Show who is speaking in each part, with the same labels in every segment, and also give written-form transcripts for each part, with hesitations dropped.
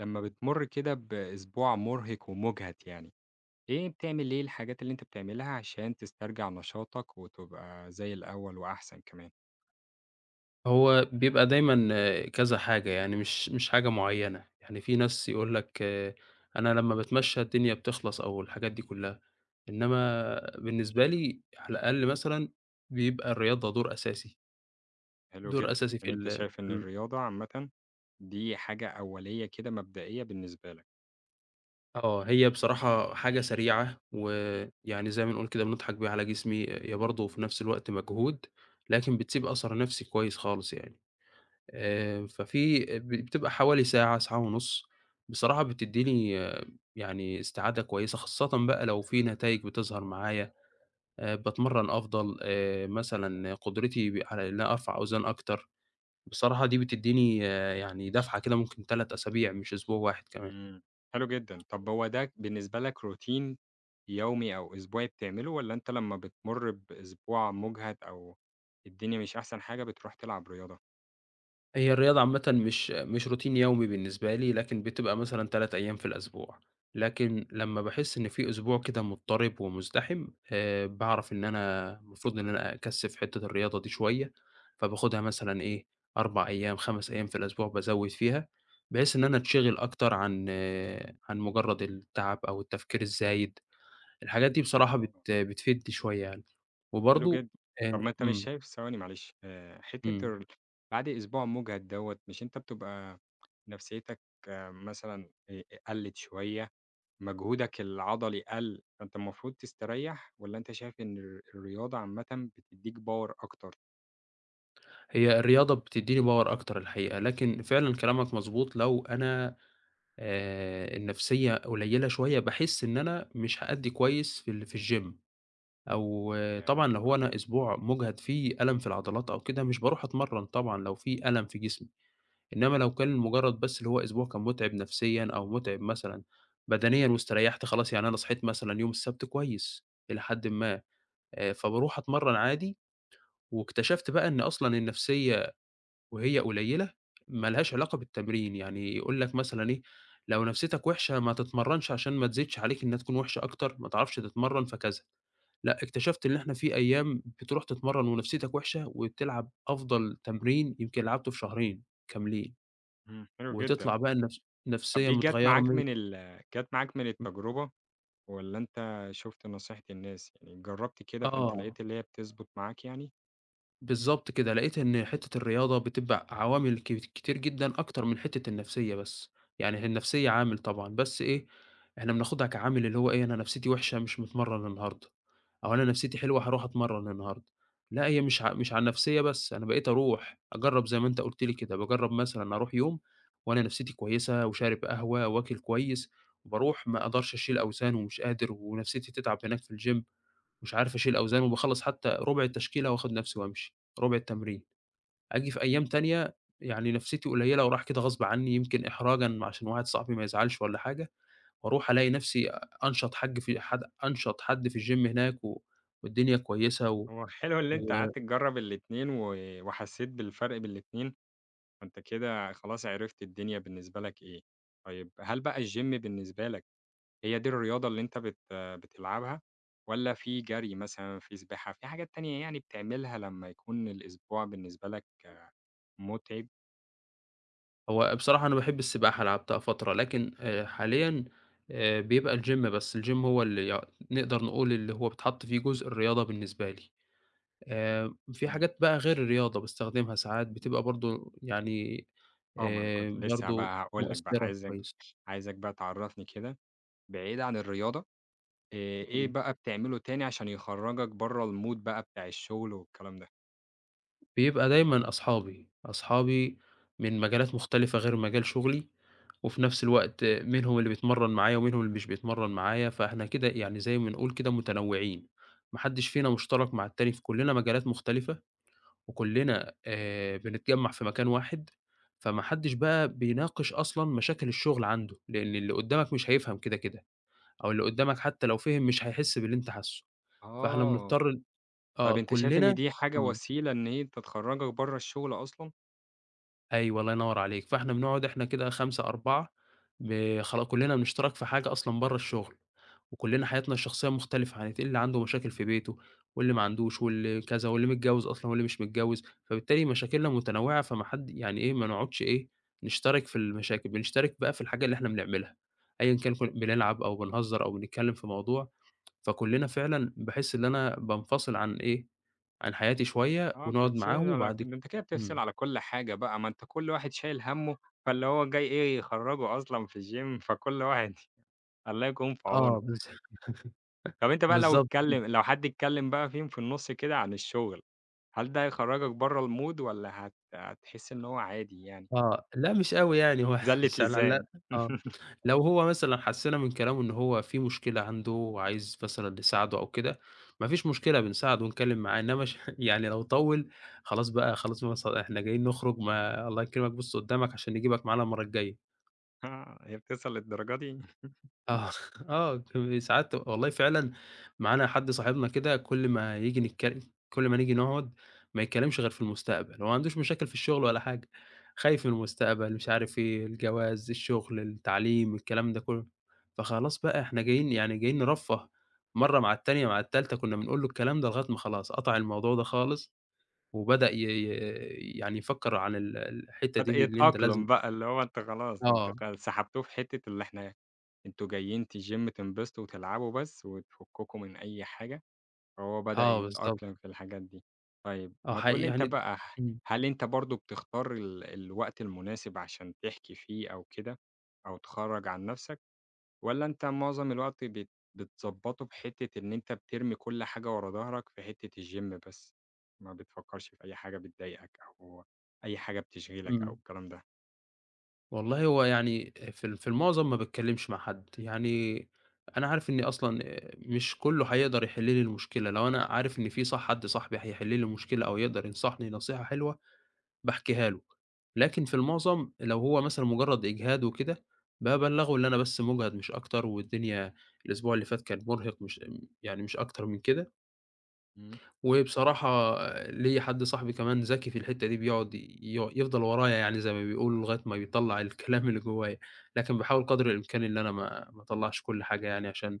Speaker 1: لمّا بتمُر كده بأسبوع مُرهِق ومُجهَد يعني، إيه بتعمل إيه الحاجات اللي أنت بتعملها عشان تسترجع نشاطك وتبقى زي الأول وأحسن كمان؟
Speaker 2: هو بيبقى دايمًا آه، كذا حاجة، يعني مش حاجة معيّنة، يعني في ناس يقول لك أنا لمّا باتمشى الدنيا بتخلص أو الحاجات دي كلّها، إنّما بالنسبة لي على الأقل مثلًا بيبقى الرياضة دور أساسي،
Speaker 1: حلو
Speaker 2: دور
Speaker 1: جدًا،
Speaker 2: أساسي في
Speaker 1: يعني أنت
Speaker 2: ال
Speaker 1: شايف
Speaker 2: في
Speaker 1: إن
Speaker 2: ال
Speaker 1: الرياضة عامةً دي حاجة أولية كده مبدئية بالنسبة لك،
Speaker 2: آه، هي بصراحة حاجة سريعة ويعني زي ما نقول كده بنضحك بيها على جسمي، هي برضه في نفس الوقت مجهود، لكن بتسيب أثر نفسي كويس خالص يعني. ففي ب بتبقى حوالي ساعة، ساعة ونُص، بصراحة بتدّيني آه، يعني استعادة كويسة، خاصةً بقى لو في نتايج بتظهر معايا، باتمرّن أفضل، مثلًا قدرتي على إن أنا أرفع أوزان أكتر، بصراحة دي بتدّيني آه، يعني دفعة كده ممكن 3 أسابيع مش أسبوع واحد كمان.
Speaker 1: إمم، حلو جدًا. طَب هو ده بالنسبة لك روتين يومي أو أسبوعي بتعمله والّا أنت لمّا بتمُر بأسبوع مُجهَد أو الدنيا مش أحسن حاجة بتروح تلعب رياضة؟
Speaker 2: هي الرياضة عامةً مش روتين يومي بالنسبة لي، لكن بتبقى مثلًا 3 أيام في الأسبوع، لكن لمّا باحس إن في أسبوع كده مضطرب ومزدحم، باعرف إن أنا المفروض إن أنا أكثِّف حتّة الرياضة دي شوية، فباخدها مثلًا إيه 4 أيام، 5 أيام في الأسبوع بازوِّد فيها، بحيث إن أنا أتشغل أكتر عن مجرد التعب أو التفكير الزايد، الحاجات دي بصراحة
Speaker 1: آه.
Speaker 2: بتفيدني شوية يعني،
Speaker 1: حلو
Speaker 2: وبرضه
Speaker 1: جدًا. طب ما أنت مش
Speaker 2: إمم،
Speaker 1: شايف ثواني معلش حتّة
Speaker 2: إمم.
Speaker 1: ال بعد أسبوع مُجهد دوّة، مش أنت بتبقى نفسيتك آه، مثلًا قَلِّت شوية، مجهودك العضلي قَل، فأنت المفروض تستريّح والّا أنت شايف إن الرياضة عامةً بتدّيك power أكتر؟
Speaker 2: هي الرياضة بتدّيني power أكتر الحقيقة، لكن فعلًا كلامك مضبوط لو أنا النفسية قليلة شوية، باحس إن أنا مش هأدّي كويس في الgym أو آه،
Speaker 1: ياه!
Speaker 2: طبعًا لو هو
Speaker 1: للدرجة
Speaker 2: أنا
Speaker 1: دي!
Speaker 2: أسبوع مُجهد فيه ألم في العضلات أو كده، مش باروح أتمرّن طبعًا لو في ألم في جسمي، إنّما لو كان مُجرّد بس اللي هو أسبوع كان مُتعب نفسيًا أو مُتعب مثلًا بدنيًا واستريّحت خلاص، يعني أنا صحيت مثلًا يوم السبت كويس إلى حدٍ ما، فباروح أتمرّن عادي واكتشفت بقى إن أصلًا النفسية وهي قليلة ما لهاش علاقة بالتمرين، يعني يقول لك مثلًا إيه، لو نفسيتك وحشة ما تتمرّنش عشان ما تزيدش عليك إنها تكون وحشة أكتر، ما تعرفش تتمرّن فكذا، لأ اكتشفت إن إحنا في أيام بتروح تتمرّن ونفسيتك وحشة وتلعب أفضل تمرين يمكن لعبته في شهرين كاملين،
Speaker 1: إمم، حلو جدًا.
Speaker 2: وتطلع بقى
Speaker 1: طب
Speaker 2: نفسية
Speaker 1: دي جات
Speaker 2: متغيّرة
Speaker 1: معاك
Speaker 2: مِيّة
Speaker 1: من التجربة والّا أنت شُفت نصيحة الناس؟ يعني جرّبت كده فأنت
Speaker 2: آه.
Speaker 1: لقيت اللي هي بتضبط معاك يعني؟
Speaker 2: بالضبط كده، لقيت إن حتّة الرياضة بتبقى عوامل كتير جدًا أكتر من حتّة النفسية بس، يعني هي النفسية عامل طبعًا، بس إيه، إحنا بناخدها كعامل اللي هو إيه، أنا نفسيتي وحشة مش متمرّن النهارده، أو أنا نفسيتي حلوة هاروح أتمرّن النهارده، لأ هي مش على النفسية بس، أنا بقيت أروح أجرّب زي ما أنت قُلت لي كده، باجرّب مثلًا أروح يوم وأنا نفسيتي كويسة وشارب قهوة وآكل كويس، وباروح ما أقدرش أشيل أوزان ومش قادر ونفسيتي تتعب هناك في الgym مش عارف أشيل أوزان وباخلّص حتى ربع التشكيلة وآخُد نَفْسي وأمشي، ربع التمرين. آجي في أيام تانية يعني نَفْسيتي قليّلة ورايح كده غصب عنّي يمكن إحراجًا عشان واحد صاحبي ما يزعلش والّا حاجة، وأروح ألاقي نَفْسي أ أنشط حاج في حد أنشط حد في الgym هناك و والدنيا كويسة. و
Speaker 1: هو حلو اللي
Speaker 2: و
Speaker 1: أنت قعدت تجرّب الاتنين و وحسّيت بالفرق بين الاتنين، فأنت كده خلاص عرفت الدنيا بالنسبة لك إيه. طيب هل بقى الgym بالنسبة لك هي دي الرياضة اللي أنت بتلعبها والّا في جري مثلًا، في سباحة، في حاجات تانية يعني بتعملها لمّا يكون الأسبوع بالنسبة لك آه، مُتعب؟
Speaker 2: هو بصراحة أنا باحب السباحة لعبتها فترة، لكن حاليًا بيبقى الgym بس، الgym هو اللي نقدر نقول اللي هو بيتحط فيه جزء الرياضة بالنسبة لي. في
Speaker 1: إمم.
Speaker 2: حاجات بقى غير الرياضة باستخدمها ساعات بتبقى برضه يعني
Speaker 1: آه، ما أنا كنت لسه
Speaker 2: برضه
Speaker 1: بقى هاقول لك بقى،
Speaker 2: مؤثّرة
Speaker 1: عايزك
Speaker 2: كويس.
Speaker 1: عايزك بقى تعرّفني كده بعيد عن الرياضة، آآ إيه
Speaker 2: إمم،
Speaker 1: بقى بتعمله تاني عشان يخرّجك برّه الmood بقى بتاع الشغل والكلام ده؟
Speaker 2: بيبقى دايمًا أصحابي، أصحابي من مجالات مختلفة غير مجال شغلي، وفي نفس الوقت آه، منهم اللي بيتمرّن معايا ومنهم اللي مش بيتمرّن معايا، فإحنا كده يعني زي ما نقول كده متنوّعين، ما حدّش فينا مشترك مع التاني في كُلّنا مجالات مختلفة وكلّنا بنتجمّع في مكان واحد، فما حدّش بقى بيناقش أصلًا مشاكل الشغل عنده، لإن اللي قدّامك مش هيفهم كده، كده، أو اللي قدّامك حتى لو فِهم مش هيحس باللي أنت حاسّه، فإحنا
Speaker 1: آه،
Speaker 2: بنضطر
Speaker 1: طب
Speaker 2: آه،
Speaker 1: أنت شايف إن
Speaker 2: كلّنا
Speaker 1: دي حاجة
Speaker 2: إمم.
Speaker 1: وسيلة إن هي تخرّجك برّه الشغل أصلًا؟
Speaker 2: أيوه، الله ينوّر عليك، فإحنا بنقعد إحنا كده 5، 4 ب خلا كلّنا بنشترك في حاجة أصلًا برّه الشغل، وكلّنا حياتنا الشخصية مختلفة، يعني اللي عنده مشاكل في بيته، واللي ما عندوش، واللي كذا، واللي متجوّز أصلًا، واللي مش متجوّز، فبالتالي مشاكلنا متنوّعة، فما حد يعني إيه، ما نقعدش إيه، نشترك في المشاكل، بنشترك بقى في الحاجة اللي إحنا بنعملها، أيًا كان بنلعب أو بنهزّر أو بنتكلّم في موضوع، فكلّنا فعلًا باحس إن أنا بانفصل عن إيه، عن حياتي شوية
Speaker 1: آه،
Speaker 2: ونقعد معاهم
Speaker 1: بتفصلي على
Speaker 2: وبعد ك
Speaker 1: ده أنت كده بتفصل
Speaker 2: إمم،
Speaker 1: على كل حاجة بقى، ما أنت كل واحد شايل هَمّه، فاللي هو جاي إيه يخرّجه أصلًا في الgym فكل واحد الله يكون في عونه.
Speaker 2: آه بالض
Speaker 1: طب أنت بقى
Speaker 2: بالضبط
Speaker 1: لو حد اتكلم بقى فيهم في النُص كده عن الشغل، هل ده هيخرّجك برّه الmood والّا هتحس إن هو عادي يعني؟
Speaker 2: آه، لأ مش أوي يعني هو
Speaker 1: زَلِّت
Speaker 2: مش هنعلّقها
Speaker 1: لسان.
Speaker 2: آه، لو هو مثلًا حسّينا من كلامه إن هو في مشكلة عنده وعايز مثلًا نساعده أو كده، ما فيش مشكلة بنساعده ونتكلّم معاه، إنّما ش يعني لو طوّل خلاص بقى خلاص بقى إحنا جايين نخرج ما الله يكرمك بُص قدّامك عشان نجيبك معانا المرّة الجاية.
Speaker 1: آه، هي بتوصل للدرجة دي؟
Speaker 2: آه، آه، ساعات والله فعلًا معانا حد صاحبنا كده كل ما نيجي نقعد ما يتكلمش غير في المستقبل، هو ما عندوش مشاكل في الشغل ولا حاجة، خايف من المستقبل، مش عارف إيه، الجواز، الشغل، التعليم، الكلام ده كله. فخلاص بقى إحنا جايين يعني جايين نرفّه، مرّة مع التانية مع التالتة كنا بنقول له الكلام ده لغاية ما خلاص قطع الموضوع ده خالص، وبدأ ي ي يعني يفكّر عن الحتّة دي
Speaker 1: بدأ
Speaker 2: بإن أنت لازم
Speaker 1: يتأقلم بقى، اللي هو أنتم خلاص أنتم
Speaker 2: آه،
Speaker 1: خ سحبتوه في حتة اللي إحنا أنتم جايين تGym تنبسطوا وتلعبوا بس وتفككوا من أي حاجة، فهو بدأ
Speaker 2: آه بالضبط،
Speaker 1: يتأقلم في الحاجات دي. طيب
Speaker 2: آه
Speaker 1: ما تقول
Speaker 2: حقيقي
Speaker 1: لي أنت
Speaker 2: يعني
Speaker 1: بقى
Speaker 2: إمم،
Speaker 1: هل أنت برضه بتختار الوقت المناسب عشان تحكي فيه أو كده، أو تخرّج عن نفسك، والّا أنت معظم الوقت بتضبّطه بحتة إن أنت بترمي كل حاجة ورا ضهرك في حتة الGym بس، ما بتفكّرش في أي حاجة بتضايقك أو أي حاجة بتشغلك أو
Speaker 2: إمم.
Speaker 1: الكلام ده؟
Speaker 2: والله هو يعني في المعظم ما باتكلّمش مع حد، يعني أنا عارف إني أصلًا مش كُلّه هيقدر يحِل لي المشكلة، لو أنا عارف إن في صح حد صاحبي هيحِل لي المشكلة أو يقدر ينصحني نصيحة حلوة باحكيها له، لكن في المعظم لو هو مثلًا مجرّد إجهاد وكده، بابلّغه اللي أنا بس مُجهَد مش أكتر والدنيا الأسبوع اللي فات كان مُرهِق مش يعني مش أكتر من كده.
Speaker 1: إمم.
Speaker 2: وبصراحة ليّا حد صاحبي كمان ذكي في الحتّة دي بيقعد ي يفضل ورايا يعني زي ما بيقولوا لغاية ما بيطلّع الكلام اللي جوايا، لكن باحاول قدر الإمكان إن أنا ما اطلّعش كل حاجة يعني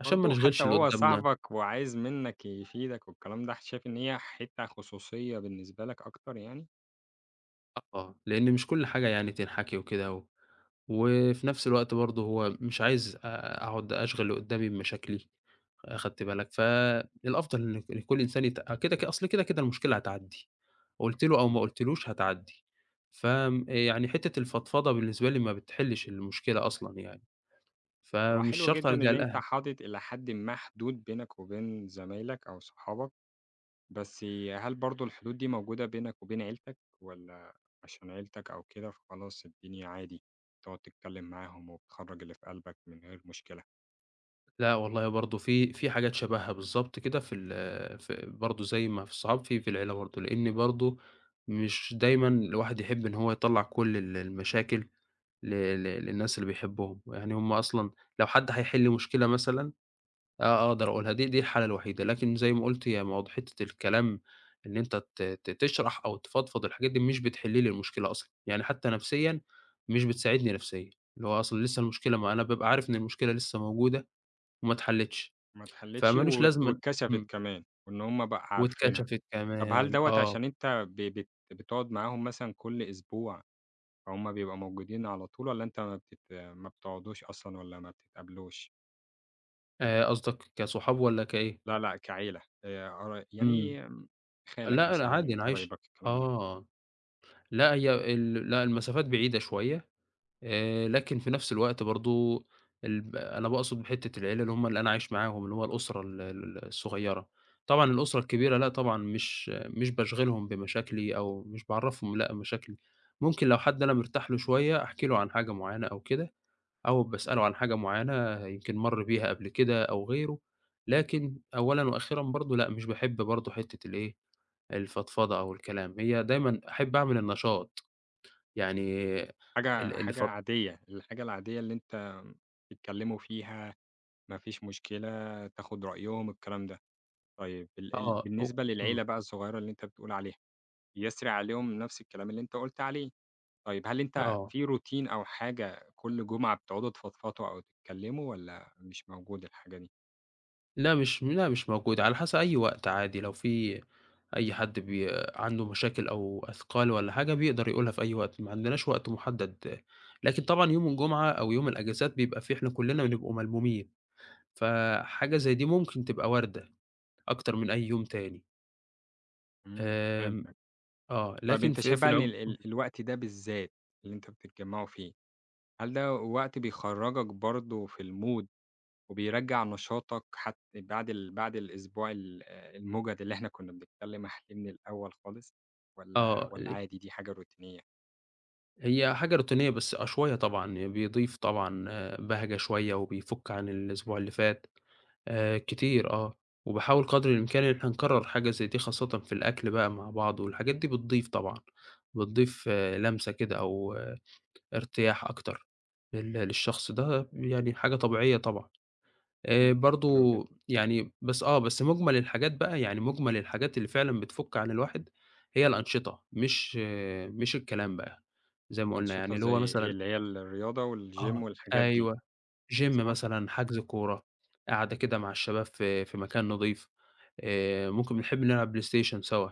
Speaker 2: عشان ما
Speaker 1: برضه حتى
Speaker 2: نشغلش اللي
Speaker 1: وهو
Speaker 2: قدّامنا
Speaker 1: صاحبك وعايز منّك يفيدك والكلام ده، شايف إن هي حتّة خصوصية بالنسبة لك أكتر يعني؟
Speaker 2: آه، لإن مش كل حاجة يعني تنحكي وكده و وفي نفس الوقت برضه هو مش عايز أقعد أشغل اللي قدّامي بمشاكلي. أخدت بالك، فالأفضل لك لكل إنسان آه، كده أصل كده، كده المشكلة هتعدّي، قُلت له أو ما
Speaker 1: إمم.
Speaker 2: قُلتلوش هتعدّي، فآمم، يعني حتّة الفضفضة بالنسبة لي ما بتحلّش المشكلة أصلًا يعني،
Speaker 1: هو
Speaker 2: فمش
Speaker 1: حلو
Speaker 2: شرط
Speaker 1: جدًا
Speaker 2: ألجأ
Speaker 1: اللي أنت
Speaker 2: لها.
Speaker 1: حاطط إلى حدٍ ما حدود بينك وبين زمايلك أو صحابك، بس هل برضه الحدود دي موجودة بينك وبين عيلتك والّا عشان عيلتك أو كده فخلاص الدنيا عادي، تقعد تتكلّم معاهم وبتخرّج اللي في قلبك من غير مشكلة؟
Speaker 2: لأ والله برضه في حاجات شبهها بالضبط كده في برضه زي ما في الصحاب، في العيلة برضه، لإن برضه مش دايمًا الواحد يحب إن هو يطلّع كل المشاكل ل ل للناس اللي بيحبهم، يعني هُم أصلًا لو حد هيحل مشكلة مثلًا آه، آه، أقدر أقولها، دي الحالة الوحيدة، لكن زي ما قُلت هي موضوع حتّة الكلام إن أنت ت ت تشرح أو تفضفض الحاجات دي مش بتحل لي المشكلة أصلًا، يعني حتّى نفسيًا مش بتساعدني نفسيًا، اللي هو أصلًا لسه المشكلة ما أنا بابقى عارف إن المشكلة لسه موجودة وما اتحلتش،
Speaker 1: ما اتحلّتش
Speaker 2: فما لوش لازمة
Speaker 1: واتكشفت
Speaker 2: إمم،
Speaker 1: كمان وإن هم بقى عارفينها.
Speaker 2: واتكشفت
Speaker 1: طب هل
Speaker 2: كمان
Speaker 1: دوّة
Speaker 2: آه،
Speaker 1: عشان أنت ب بت بتقعد معاهم مثلًا كل أسبوع، فهُم بيبقوا موجودين على طول والّا أنت ما بتقعدوش أصلًا والّا ما بتتقابلوش؟
Speaker 2: قصدك كصحاب والّا كإيه؟
Speaker 1: لا، لأ كعيلة قرا
Speaker 2: إمم،
Speaker 1: يعني خالك
Speaker 2: لأ، لأ عادي
Speaker 1: مثلًا،
Speaker 2: أنا عايش
Speaker 1: قرايبك، الكلام ده.
Speaker 2: آه، لأ هي لأ المسافات بعيدة شوية لكن في نفس الوقت برضه أنا باقصد بحتّة العيلة اللي هم اللي أنا عايش معاهم، اللي هو الأسرة ال ال الصغيّرة. طبعًا الأسرة الكبيرة لأ طبعًا مش باشغِلهم بمشاكلي أو مش باعرّفهم لأ مشاكلي. ممكن لو حد أنا مرتاح له شوية أحكي له عن حاجة معيّنة أو كده، أو باسأله عن حاجة معيّنة يمكن مَر بيها قبل كده أو غيره، لكن أولًا وأخيرًا برضه لأ مش باحب برضه حتّة الإيه، الفضفضة أو الكلام. هي دايمًا أحب أعمل النشاط. يعني ال
Speaker 1: حاجة حاجة
Speaker 2: الف
Speaker 1: عادية، الحاجة العادية اللي أنت بتتكلموا فيها، ما فيش مشكلة، تاخد رأيهم، الكلام ده. طيب ال ال
Speaker 2: آه، أو
Speaker 1: بالنسبة
Speaker 2: إمم،
Speaker 1: للعيلة بقى الصغيرة اللي أنت بتقول عليها، يسري عليهم نفس الكلام اللي أنت قُلت عليه. طيب هل أنت
Speaker 2: آه،
Speaker 1: في روتين أو حاجة كل جمعة بتقعدوا تفضفضوا أو تتكلموا والّا مش موجود الحاجة دي؟
Speaker 2: لأ مش موجودة، على حسب أي وقت عادي، لو في أي حد عنده مشاكل أو أثقال والّا حاجة بيقدر يقولها في أي وقت، ما عندناش وقت محدد، لكن طبعًا يوم الجمعة أو يوم الأجازات بيبقى فيه إحنا كلنا بنبقوا ملمومين، فحاجة زي دي ممكن تبقى واردة أكتر من أي يوم تاني،
Speaker 1: إمم،
Speaker 2: آمم،
Speaker 1: فهمتك.
Speaker 2: آه،
Speaker 1: طيب
Speaker 2: لكن
Speaker 1: أنت
Speaker 2: في
Speaker 1: شايف
Speaker 2: في
Speaker 1: بقى إن
Speaker 2: العم
Speaker 1: ال ال الوقت ده بالذات اللي أنت بتتجمعوا فيه، هل ده وقت بيخرّجك برضه في الmood وبيرجّع نشاطك حت بعد ال بعد الأسبوع آه، المُجهد اللي إحنا كنا بنتكلم عليه من الأول خالص
Speaker 2: آه،
Speaker 1: والّا
Speaker 2: ل
Speaker 1: عادي دي حاجة روتينية؟
Speaker 2: هي حاجة روتينية بس آه شوية طبعًا، يعني بيضيف طبعًا آه، بهجة شوية وبيفُك عن الأسبوع اللي فات. كتير آه، وباحاول قدر الإمكان إن إحنا نكرّر حاجة زي دي خاصةً في الأكل بقى مع بعض والحاجات دي بتضيف طبعًا، بتضيف آه لمسة كده أو آه ارتياح أكتر للشخص ده يعني حاجة طبيعية طبعًا.
Speaker 1: إمم،
Speaker 2: برضه
Speaker 1: حلو جدًا.
Speaker 2: يعني بس آه، بس مُجمل الحاجات بقى يعني مُجمل الحاجات اللي فعلًا بتفُك عن الواحد هي الأنشطة مش آه مش الكلام بقى، زي ما قُلنا
Speaker 1: أنشطة
Speaker 2: يعني اللي
Speaker 1: زي
Speaker 2: هو
Speaker 1: إيه؟
Speaker 2: مثلًا
Speaker 1: اللي هي الرياضة
Speaker 2: آه،
Speaker 1: والgym والحاجات دي،
Speaker 2: أيوه، gym
Speaker 1: صح؟
Speaker 2: مثلًا، حجز كورة، قعدة كده مع الشباب في مكان نضيف. ممكن بنحب نلعب بلاي ستيشن سوا،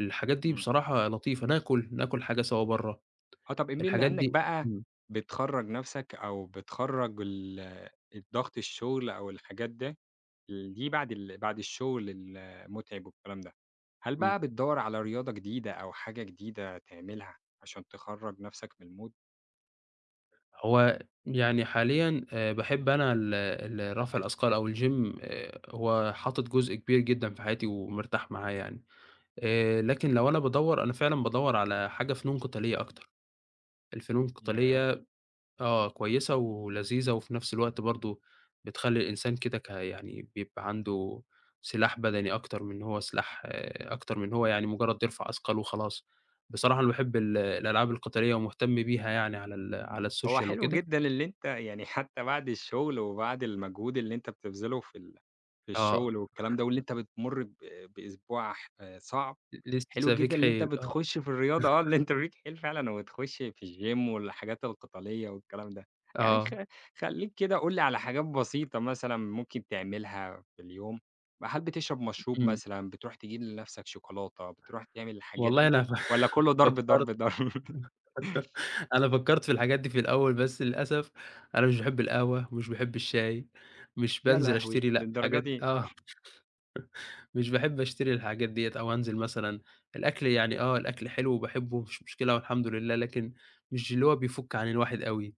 Speaker 2: الحاجات دي
Speaker 1: إمم.
Speaker 2: بصراحة لطيفة، ناكل، ناكل حاجة سوا برّه،
Speaker 1: آه، طب بما
Speaker 2: الحاجات
Speaker 1: إنك
Speaker 2: دي
Speaker 1: بقى
Speaker 2: إمم،
Speaker 1: بتخرّج نَفْسك أو بتخرّج الضغط الشغل أو الحاجات ده دي بعد بعد الشغل المُتعب والكلام ده، هل
Speaker 2: إمم.
Speaker 1: بقى بتدوّر على رياضة جديدة أو حاجة جديدة تعملها عشان تخرّج نَفْسك من الmood؟
Speaker 2: هو يعني حاليًا باحب أنا ال ال رفع الأثقال أو الgym هو حاطط جزء كبير جدًا في حياتي ومرتاح معاه يعني، لكن لو أنا بادوّر أنا فعلًا بادوّر على حاجة فنون قتالية أكتر، الفنون
Speaker 1: ياه!
Speaker 2: القتالية آه، كويسة ولذيذة وفي نفس الوقت برضه بتخلّي الإنسان كده يعني بيبقى عنده سلاح بدني أكتر من إن هو سلاح آه، أكتر من إن هو يعني مجرّد يرفع أثقال وخلاص. بصراحة أنا باحب الألعاب القتالية ومهتم بيها يعني على
Speaker 1: هو
Speaker 2: السوشيال
Speaker 1: حلو
Speaker 2: وكده.
Speaker 1: جدًا اللي أنت يعني حتى بعد الشغل وبعد المجهود اللي أنت بتبذله في
Speaker 2: آه،
Speaker 1: الشغل والكلام ده، واللي أنت بتمُر بأسبوع آه، صعب. حلو
Speaker 2: لسه فيك
Speaker 1: جدًا اللي أنت
Speaker 2: حيل آه،
Speaker 1: بتخش في الرياضة آه، اللي أنت بيك حيل فعلًا وبتخش في الgym والحاجات القتالية والكلام ده. يعني
Speaker 2: آه،
Speaker 1: خلّيك كده قُل لي على حاجات بسيطة مثلًا ممكن تعملها في اليوم، هل بتشرب مشروب
Speaker 2: إمم.
Speaker 1: مثلًا، بتروح تجيب لنفْسك شوكولاتة، بتروح تعمل الحاجات
Speaker 2: والله
Speaker 1: دي
Speaker 2: أنا
Speaker 1: والّا كلّه ضرب،
Speaker 2: فكّرت
Speaker 1: ضرب، ضرب؟
Speaker 2: أنا فكّرت في الحاجات دي في الأول، بس للأسف أنا مش باحب القهوة ومش باحب الشاي، مش
Speaker 1: يا
Speaker 2: بانزل
Speaker 1: لهوي!
Speaker 2: أشتري لأ،
Speaker 1: للدرجة
Speaker 2: حاجات
Speaker 1: دي!
Speaker 2: آه. مش باحب أشتري الحاجات ديّة أو أنزل مثلًا، الأكل يعني آه، الأكل حلو وباحبه مفيش مشكلة والحمد لله، لكن مش اللي هو بيفُك عن الواحد أوي،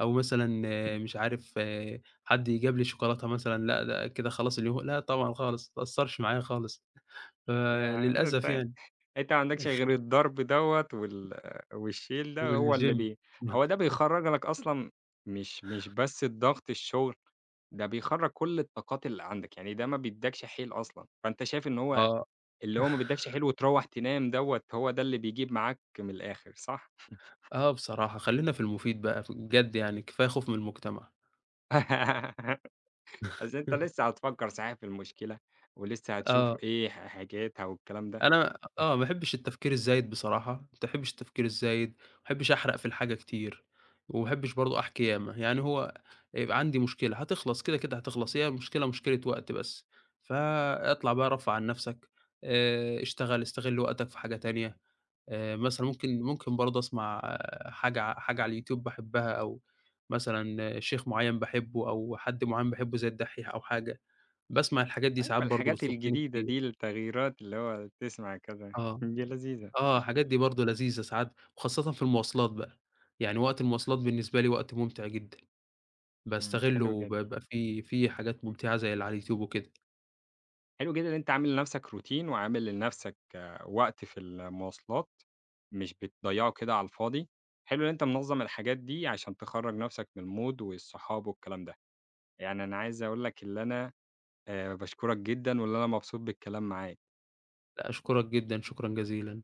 Speaker 2: أو مثلًا آه، مش عارف آه، حد يجيب لي شوكولاتة مثلًا، لأ ده كده خلاص لأ طبعًا خالص، ما بتأثّرش معايا خالص،
Speaker 1: ياه! ده
Speaker 2: فللأسف
Speaker 1: أنت
Speaker 2: يعني.
Speaker 1: أنت ما عندكش غير الضرب دوّة والشيل ده هو اللي
Speaker 2: والgym
Speaker 1: بي هو ده بيخرّج لك أصلًا، مش بس الضغط الشغل، ده بيخرّج كل الطاقات اللي عندك، يعني ده ما بيدّكش حيل أصلًا، فأنت شايف إن هو
Speaker 2: آه،
Speaker 1: اللي هو ما بيدّكش حيل وتروّح تنام دوّة هو ده اللي بيجيب معاك من الآخر صح؟
Speaker 2: آه بصراحة خلّينا في المفيد بقى، ف بجد يعني كفاية خوف من المجتمع.
Speaker 1: أصل أنت لسه هتفكّر صحيح في المشكلة، ولسه هتشوف
Speaker 2: آه.
Speaker 1: إيه حاجاتها والكلام ده،
Speaker 2: أنا آه، ما باحبش التفكير الزايد بصراحة، ما باحبش التفكير الزايد، ما باحبش أحرق في الحاجة كتير، وما باحبش برضه أحكي ياما، يعني هو يبقى عندي مشكلة هتخلص كده، كده هتخلص، هي المشكلة مشكلة وقت بس، فاطلع بقى رفّه عن نفسك، اشتغل، استغل وقتك في حاجة تانية، مثلًا ممكن برضه أسمع آه، حاجة على اليوتيوب باحبها، أو مثلًا آه، شيخ معيّن باحبه، أو حد معيّن باحبه زي الدحّيح أو حاجة، باسمع الحاجات دي
Speaker 1: أيوه
Speaker 2: ساعات برضه
Speaker 1: الحاجات
Speaker 2: بتفُكِّني
Speaker 1: الجديدة
Speaker 2: كتير،
Speaker 1: دي التغييرات اللي هو تسمع كذا
Speaker 2: آه.
Speaker 1: دي لذيذة،
Speaker 2: آه، الحاجات دي برضه لذيذة ساعات، وخاصةً في المواصلات بقى، يعني وقت المواصلات بالنسبة لي وقت ممتع جدًا،
Speaker 1: إمم،
Speaker 2: باستغلّه
Speaker 1: حلو جدًا.
Speaker 2: وبيبقى في حاجات ممتعة زي اللي على اليوتيوب وكده،
Speaker 1: حلو جدًا إن أنت عامل لنفسك روتين وعامل لنفسك آه، وقت في المواصلات، مش بتضيّعه كده على الفاضي، حلو إن أنت منظّم الحاجات دي عشان تخرّج نفسك من المود والصحاب والكلام ده، يعني أنا عايز أقول لك اللي أنا باشكرك جدًا وإن أنا مبسوط بالكلام معاك.
Speaker 2: لأ أشكرك جدًا، شكرًا جزيلًا.